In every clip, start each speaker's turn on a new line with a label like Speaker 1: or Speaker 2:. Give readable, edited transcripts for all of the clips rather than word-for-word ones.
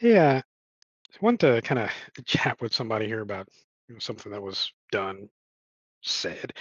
Speaker 1: Yeah, I want to kind of chat with somebody here about something that was done, said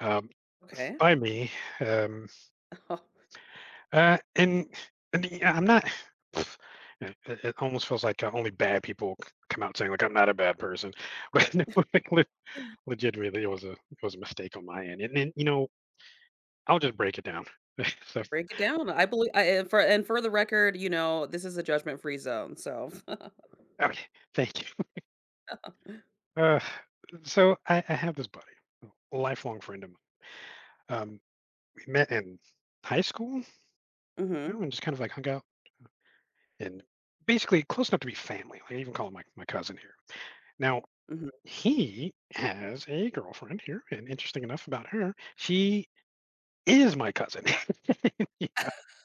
Speaker 1: um,
Speaker 2: Okay.
Speaker 1: by me, um, uh, and, and, yeah, I'm not. Pff, yeah, it almost feels like only bad people come out saying like I'm not a bad person, but no, like, le- legitimately it was a mistake on my end, and then I'll just break it down. So
Speaker 2: Break it down. I believe I and for the record, you know, this is a judgment-free zone, so.
Speaker 1: okay, thank you. Uh, so I have this buddy, lifelong friend of mine. We met in high school, you
Speaker 2: Mhm.
Speaker 1: know, and just kind of like hung out and basically close enough to be family. Like I even call him my cousin here. Now,
Speaker 2: Mhm.
Speaker 1: he has a girlfriend here, and interesting enough about her, she is my cousin.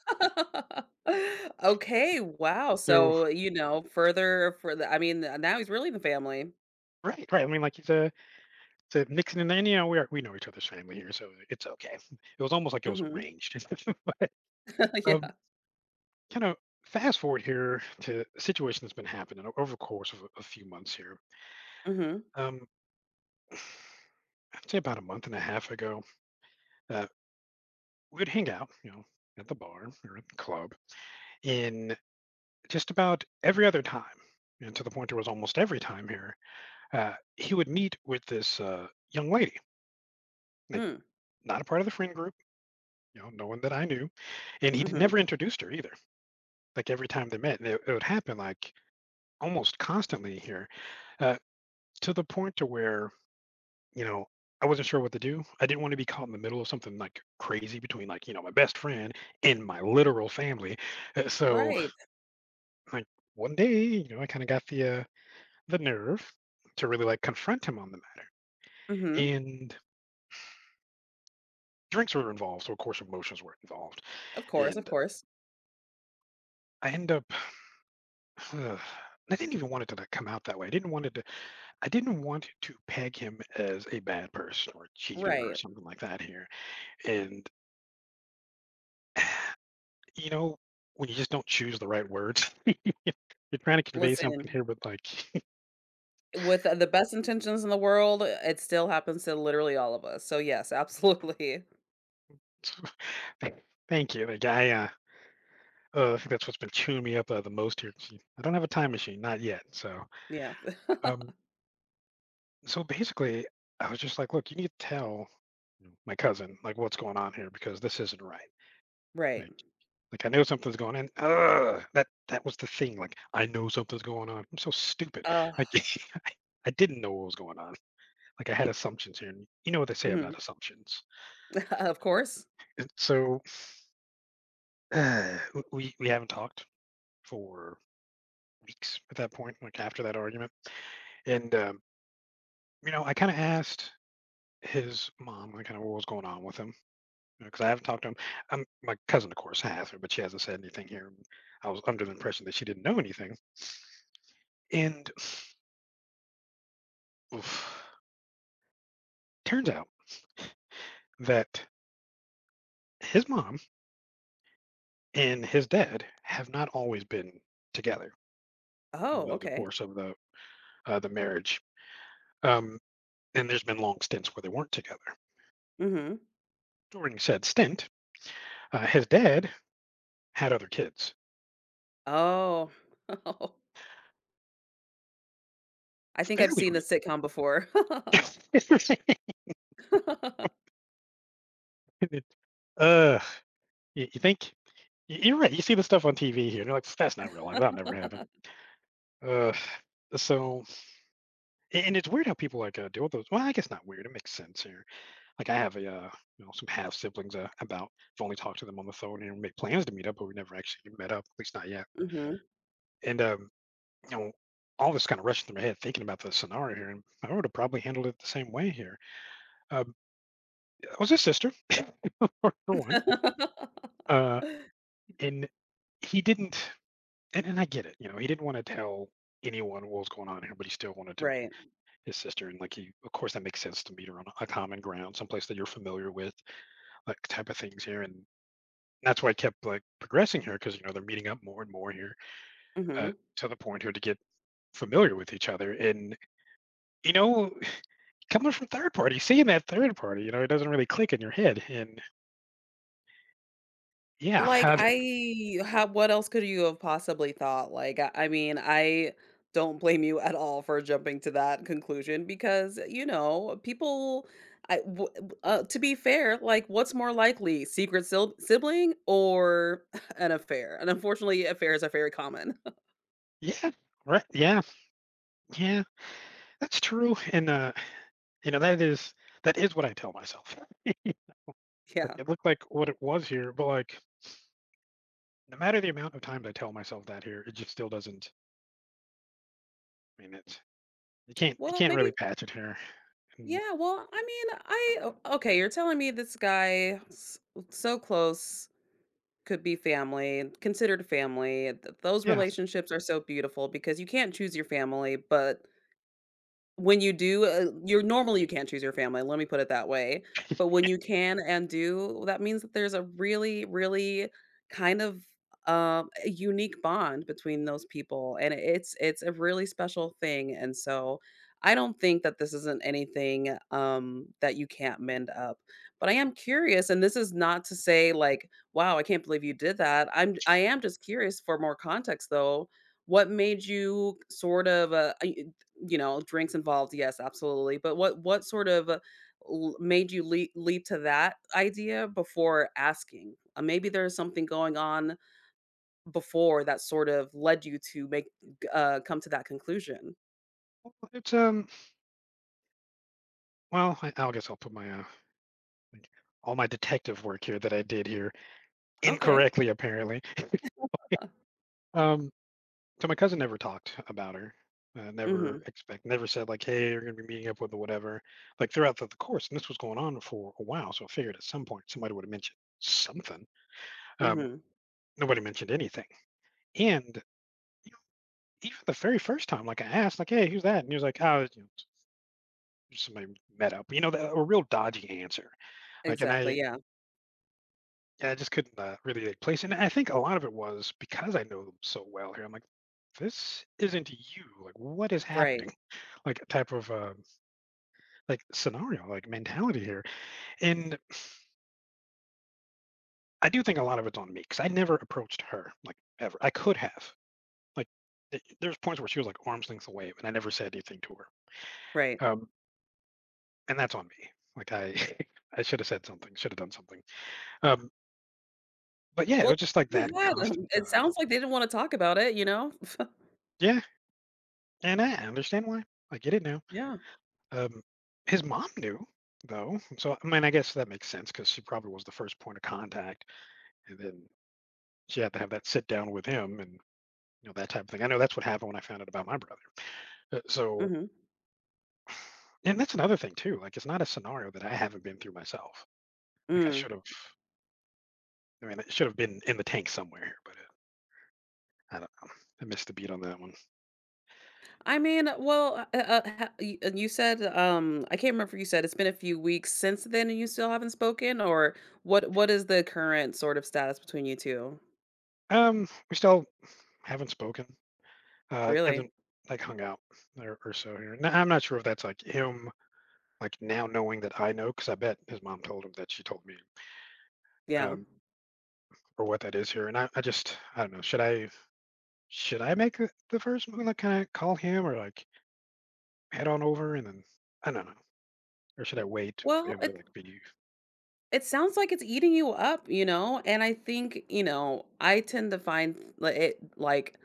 Speaker 2: Okay, wow.
Speaker 1: So,
Speaker 2: So, you know, further for the I mean, now he's really in the family.
Speaker 1: right, right. I mean, like, it's a mixing in there. And then, you know, we know each other's family here, so it's okay. It was almost like it was
Speaker 2: Mhm.
Speaker 1: arranged. But, um,
Speaker 2: Yeah.
Speaker 1: kind of fast forward here to a situation that's been happening over the course of a few months here.
Speaker 2: Mhm.
Speaker 1: Um, I'd say about a month and a half ago, uh, we would hang out, you know, at the bar or at the club in just about every other time. And to the point there was almost every time here, he would meet with this young lady, like
Speaker 2: Mm.
Speaker 1: not a part of the friend group, you know, no one that I knew. And he
Speaker 2: Mhm.
Speaker 1: never introduced her either. Like every time they met, and it would happen like almost constantly here, uh, to the point to where, you know, I wasn't sure what to do. I didn't want to be caught in the middle of something like crazy between like, you know, my best friend and my literal family. So
Speaker 2: Right.
Speaker 1: like one day, you know, I kind of got the nerve to really like confront him on the matter.
Speaker 2: Mhm.
Speaker 1: And drinks were involved, so of course emotions were involved.
Speaker 2: Of course, of
Speaker 1: And
Speaker 2: course.
Speaker 1: I end up I didn't even want it to like, come out that way. I didn't want to peg him as a bad person or a cheater or
Speaker 2: Right.
Speaker 1: something like that here. And you know, when you just don't choose the right words, you're trying to convey something
Speaker 2: Listen,
Speaker 1: here, but like
Speaker 2: with the best intentions in the world, it still happens to literally all of us. So, yes, absolutely.
Speaker 1: thank you. I think that's what's been chewing me up the most here. 'Cause you- I don't have a time machine, not yet. So,
Speaker 2: Yeah.
Speaker 1: um, so basically, I was just like, look, you need to tell, you know, my cousin like what's going on here because this isn't right.
Speaker 2: Right.
Speaker 1: Like, like I know something's going on. Ugh, that was the thing. Like I know something's going on. I'm so stupid.
Speaker 2: Uh.
Speaker 1: Like I didn't know what was going on. Like I had assumptions here, and you know what they say
Speaker 2: Mhm.
Speaker 1: about assumptions.
Speaker 2: Of course.
Speaker 1: And so we haven't talked for weeks at that point. Like after that argument, and you know, I kind of asked his mom, like, kinda what was going on with him, because I haven't talked to him. My cousin, of course, has, but she hasn't said anything here. I was under the impression that she didn't know anything, and oof, turns out that his mom and his dad have not always been together, you
Speaker 2: Oh,
Speaker 1: know, the
Speaker 2: okay.
Speaker 1: course of the marriage, um, and there's been long stints where they weren't together.
Speaker 2: Mhm.
Speaker 1: During said stint, his dad had other kids
Speaker 2: Oh. Oh, I think I've
Speaker 1: fairly
Speaker 2: seen the sitcom before.
Speaker 1: recently. Uh, you think Y- You're right. You see the stuff on TV here, and you're like, that's not real life. That'll never happen. Uh, so, and it's weird how people like deal with those. Well, I guess not weird. It makes sense here. Like, you know, some half siblings about. I've only talked to them on the phone and made plans to meet up, but we never actually met up, at least not yet.
Speaker 2: Mhm.
Speaker 1: And, you know, all this kind of rushed through my head thinking about the scenario here, and I would have probably handled it the same way here. Um, I was his sister, for one, uh, and he didn't, and I get it, you know, he didn't want to tell anyone what was going on here, but he still wanted to
Speaker 2: Right.
Speaker 1: his sister, and like he, of course, that makes sense to meet her on a common ground, someplace that you're familiar with, like type of things here, and that's why I kept like progressing here because you know they're meeting up more and more here, uh,
Speaker 2: Mhm.
Speaker 1: to the point here to get familiar with each other, and you know, coming from third party, seeing that third party, you know, it doesn't really click in your head, and yeah,
Speaker 2: Like,
Speaker 1: I'd-
Speaker 2: I how what else could you have possibly thought? Like, I mean, I don't blame you at all for jumping to that conclusion because, you know, people I w w to be fair, like, what's more likely, secret sil sibling or an affair? And unfortunately, affairs are very common.
Speaker 1: yeah, right, yeah, yeah, that's true, and you know, that is what I tell myself. Like
Speaker 2: Yeah.
Speaker 1: it looked like what it was here, but like no matter the amount of times I tell myself that here, it just still doesn't I mean, it's you
Speaker 2: Well,
Speaker 1: can't really
Speaker 2: maybe.
Speaker 1: patch it here. And
Speaker 2: Yeah, well, I mean, I o okay, you're telling me this guy s so close, could be family, considered family. Th Those
Speaker 1: yeah,
Speaker 2: relationships are so beautiful because you can't choose your family, but when you do, you're normally you can't choose your family, let me put it that way, but when you can and do, that means that there's a really, really kind of, a unique bond between those people, and it's a really special thing, and so, I don't think that this isn't anything, that you can't mend up, but I am curious, and this is not to say, like, "Wow, I can't believe you did that." I am just curious for more context, though, what made you sort of, you know, drinks involved, yes, absolutely. But what sort of made you leap to that idea before asking? Maybe there's something going on before that sort of led you to make come to that conclusion.
Speaker 1: well, it's. Well, I guess I'll put like, all my detective work here that I did here
Speaker 2: Okay.
Speaker 1: incorrectly apparently. Um, so my cousin never talked about her.
Speaker 2: Mhm.
Speaker 1: Never said like, "Hey, you're gonna be meeting up with or whatever." Like throughout the course, and this was going on for a while, so I figured at some point somebody would have mentioned something. Um,
Speaker 2: Mhm.
Speaker 1: Nobody mentioned anything, and you know, even the very first time, like I asked, like, "Hey, who's that?" And he was like, "Oh, it's, you know, somebody met up." You know, the a real dodgy answer. Like, and
Speaker 2: Exactly.
Speaker 1: I
Speaker 2: Yeah.
Speaker 1: and I just couldn't, really, like, place it, and I think a lot of it was because I know them so well here, I'm like, "This isn't you, like, what is
Speaker 2: Right.
Speaker 1: happening?" Like, type of, um, scenario, like, mentality here, and I do think a lot of it's on me because I never approached her, like, ever. I could have. Like, th there's points where she was, like, arm's length away, and I never said anything to her,
Speaker 2: Right.
Speaker 1: um, and that's on me. Like, I I should have said something, should have done something, um, but yeah, it
Speaker 2: Well,
Speaker 1: was just like
Speaker 2: you
Speaker 1: that
Speaker 2: had
Speaker 1: constant,
Speaker 2: it sounds like they didn't want to talk about it, you know?
Speaker 1: Yeah, and I understand why. I get it now.
Speaker 2: Yeah.
Speaker 1: Um, his mom knew, though. So, I mean, I guess that makes sense because she probably was the first point of contact. And then she had to have that sit down with him and, you know, that type of thing. I know that's what happened when I found out about my brother. Uh, so,
Speaker 2: Mhm.
Speaker 1: and that's another thing, too. Like, it's not a scenario that I haven't been through myself. Like,
Speaker 2: Mm.
Speaker 1: I mean, it should have been in the tank somewhere here, but I don't know. I missed the beat on that one.
Speaker 2: I mean, well, and you said I can't remember if you said it's been a few weeks since then and you still haven't spoken, or what is the current sort of status between you two?
Speaker 1: We still haven't spoken. Has
Speaker 2: Really?
Speaker 1: not like hung out or so here. N- I'm not sure if that's like him like now knowing that I know, because I bet his mom told him that she told me,
Speaker 2: Yeah.
Speaker 1: um, or what that is here. And I just, I don't know. Should I make the first move? Like, can I call him or like head on over and then, I don't know. Or should I wait for
Speaker 2: Well,
Speaker 1: him to like be?
Speaker 2: it sounds like it's eating you up, you know? And I think, you know, I tend to find li- it like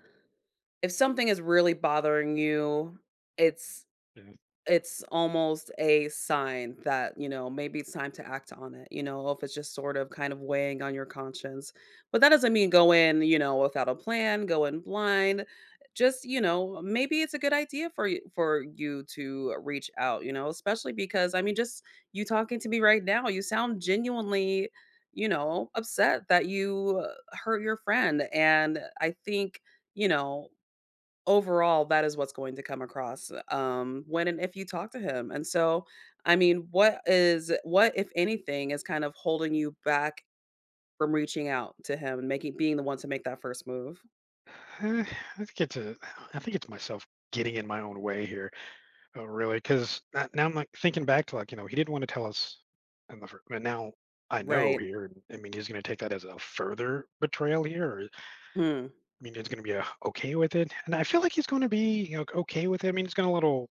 Speaker 2: if something is really bothering you, it's
Speaker 1: Yeah.
Speaker 2: it's almost a sign that, you know, maybe it's time to act on it, you know, if it's just sort of kind of weighing on your conscience. But that doesn't mean go in, you know, without a plan, go in blind. Just, you know, maybe it's a good idea for you to reach out, you know, especially because I mean, just you talking to me right now, you sound genuinely, you know, upset that you hurt your friend. And I think, you know, overall, that is what's going to come across, when and if you talk to him, and so, I mean, what is what, if anything, is kind of holding you back from reaching out to him and making being the one to make that first move,
Speaker 1: Eh, I think it's a, I think it's myself getting in my own way here. Oh, really? Because now I'm like thinking back to like, you know, he didn't want to tell us but now I know
Speaker 2: right?
Speaker 1: here, and I mean, he's going to take that as a further betrayal here. Or
Speaker 2: Mm,
Speaker 1: Mino's going to be okay with it, and I feel like he's going to be you know, okay with it. I mean, he's going to a little.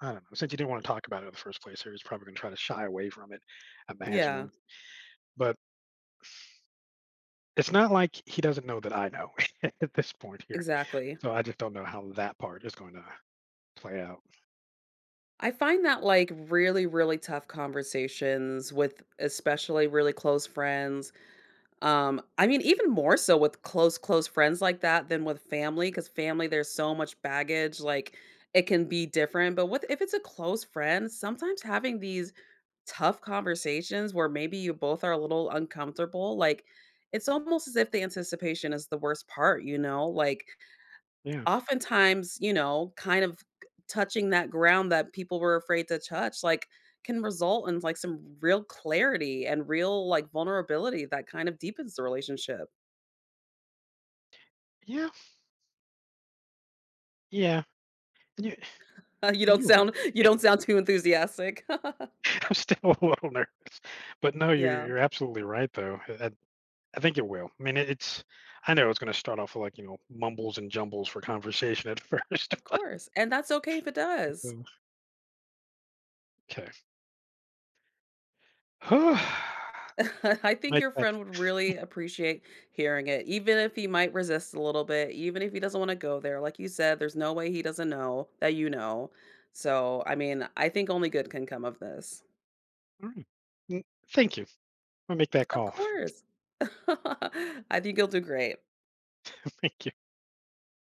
Speaker 1: I don't know. Since he didn't want to talk about it in the first place, here he's probably going to try to shy away from it, imagine.
Speaker 2: yeah,
Speaker 1: But it's not like he doesn't know that I know at this point here.
Speaker 2: exactly.
Speaker 1: So I just don't know how that part is going to play out.
Speaker 2: I find that, like, really, really tough conversations with especially really close friends. I mean, even more so with close, close friends like that than with family, because family, there's so much baggage, like it can be different. But with if it's a close friend, sometimes having these tough conversations where maybe you both are a little uncomfortable, like it's almost as if the anticipation is the worst part, you know? Like
Speaker 1: Yeah,
Speaker 2: oftentimes, you know, kind of touching that ground that people were afraid to touch, like, can result in, like, some real clarity and real, like, vulnerability that kind of deepens the relationship.
Speaker 1: yeah, yeah. And you,
Speaker 2: You
Speaker 1: and
Speaker 2: don't
Speaker 1: you're right.
Speaker 2: sound too enthusiastic.
Speaker 1: I'm still a little nervous, but no,
Speaker 2: Yeah,
Speaker 1: you're absolutely right though. I think it will. I mean, it, it's. I know it's going to start off with like you know mumbles and jumbles for conversation at first,
Speaker 2: of course, and that's okay if it
Speaker 1: but
Speaker 2: does.
Speaker 1: okay.
Speaker 2: I think
Speaker 1: Make
Speaker 2: your
Speaker 1: that
Speaker 2: friend would really appreciate hearing it, even if he might resist a little bit, even if he doesn't wanna go there. Like you said, there's no way he doesn't know that you know. So, I mean, I think only good can come of this.
Speaker 1: mm, mm, thank you. I'll make that
Speaker 2: Of
Speaker 1: call.
Speaker 2: course. I think you'll do great.
Speaker 1: Thank you.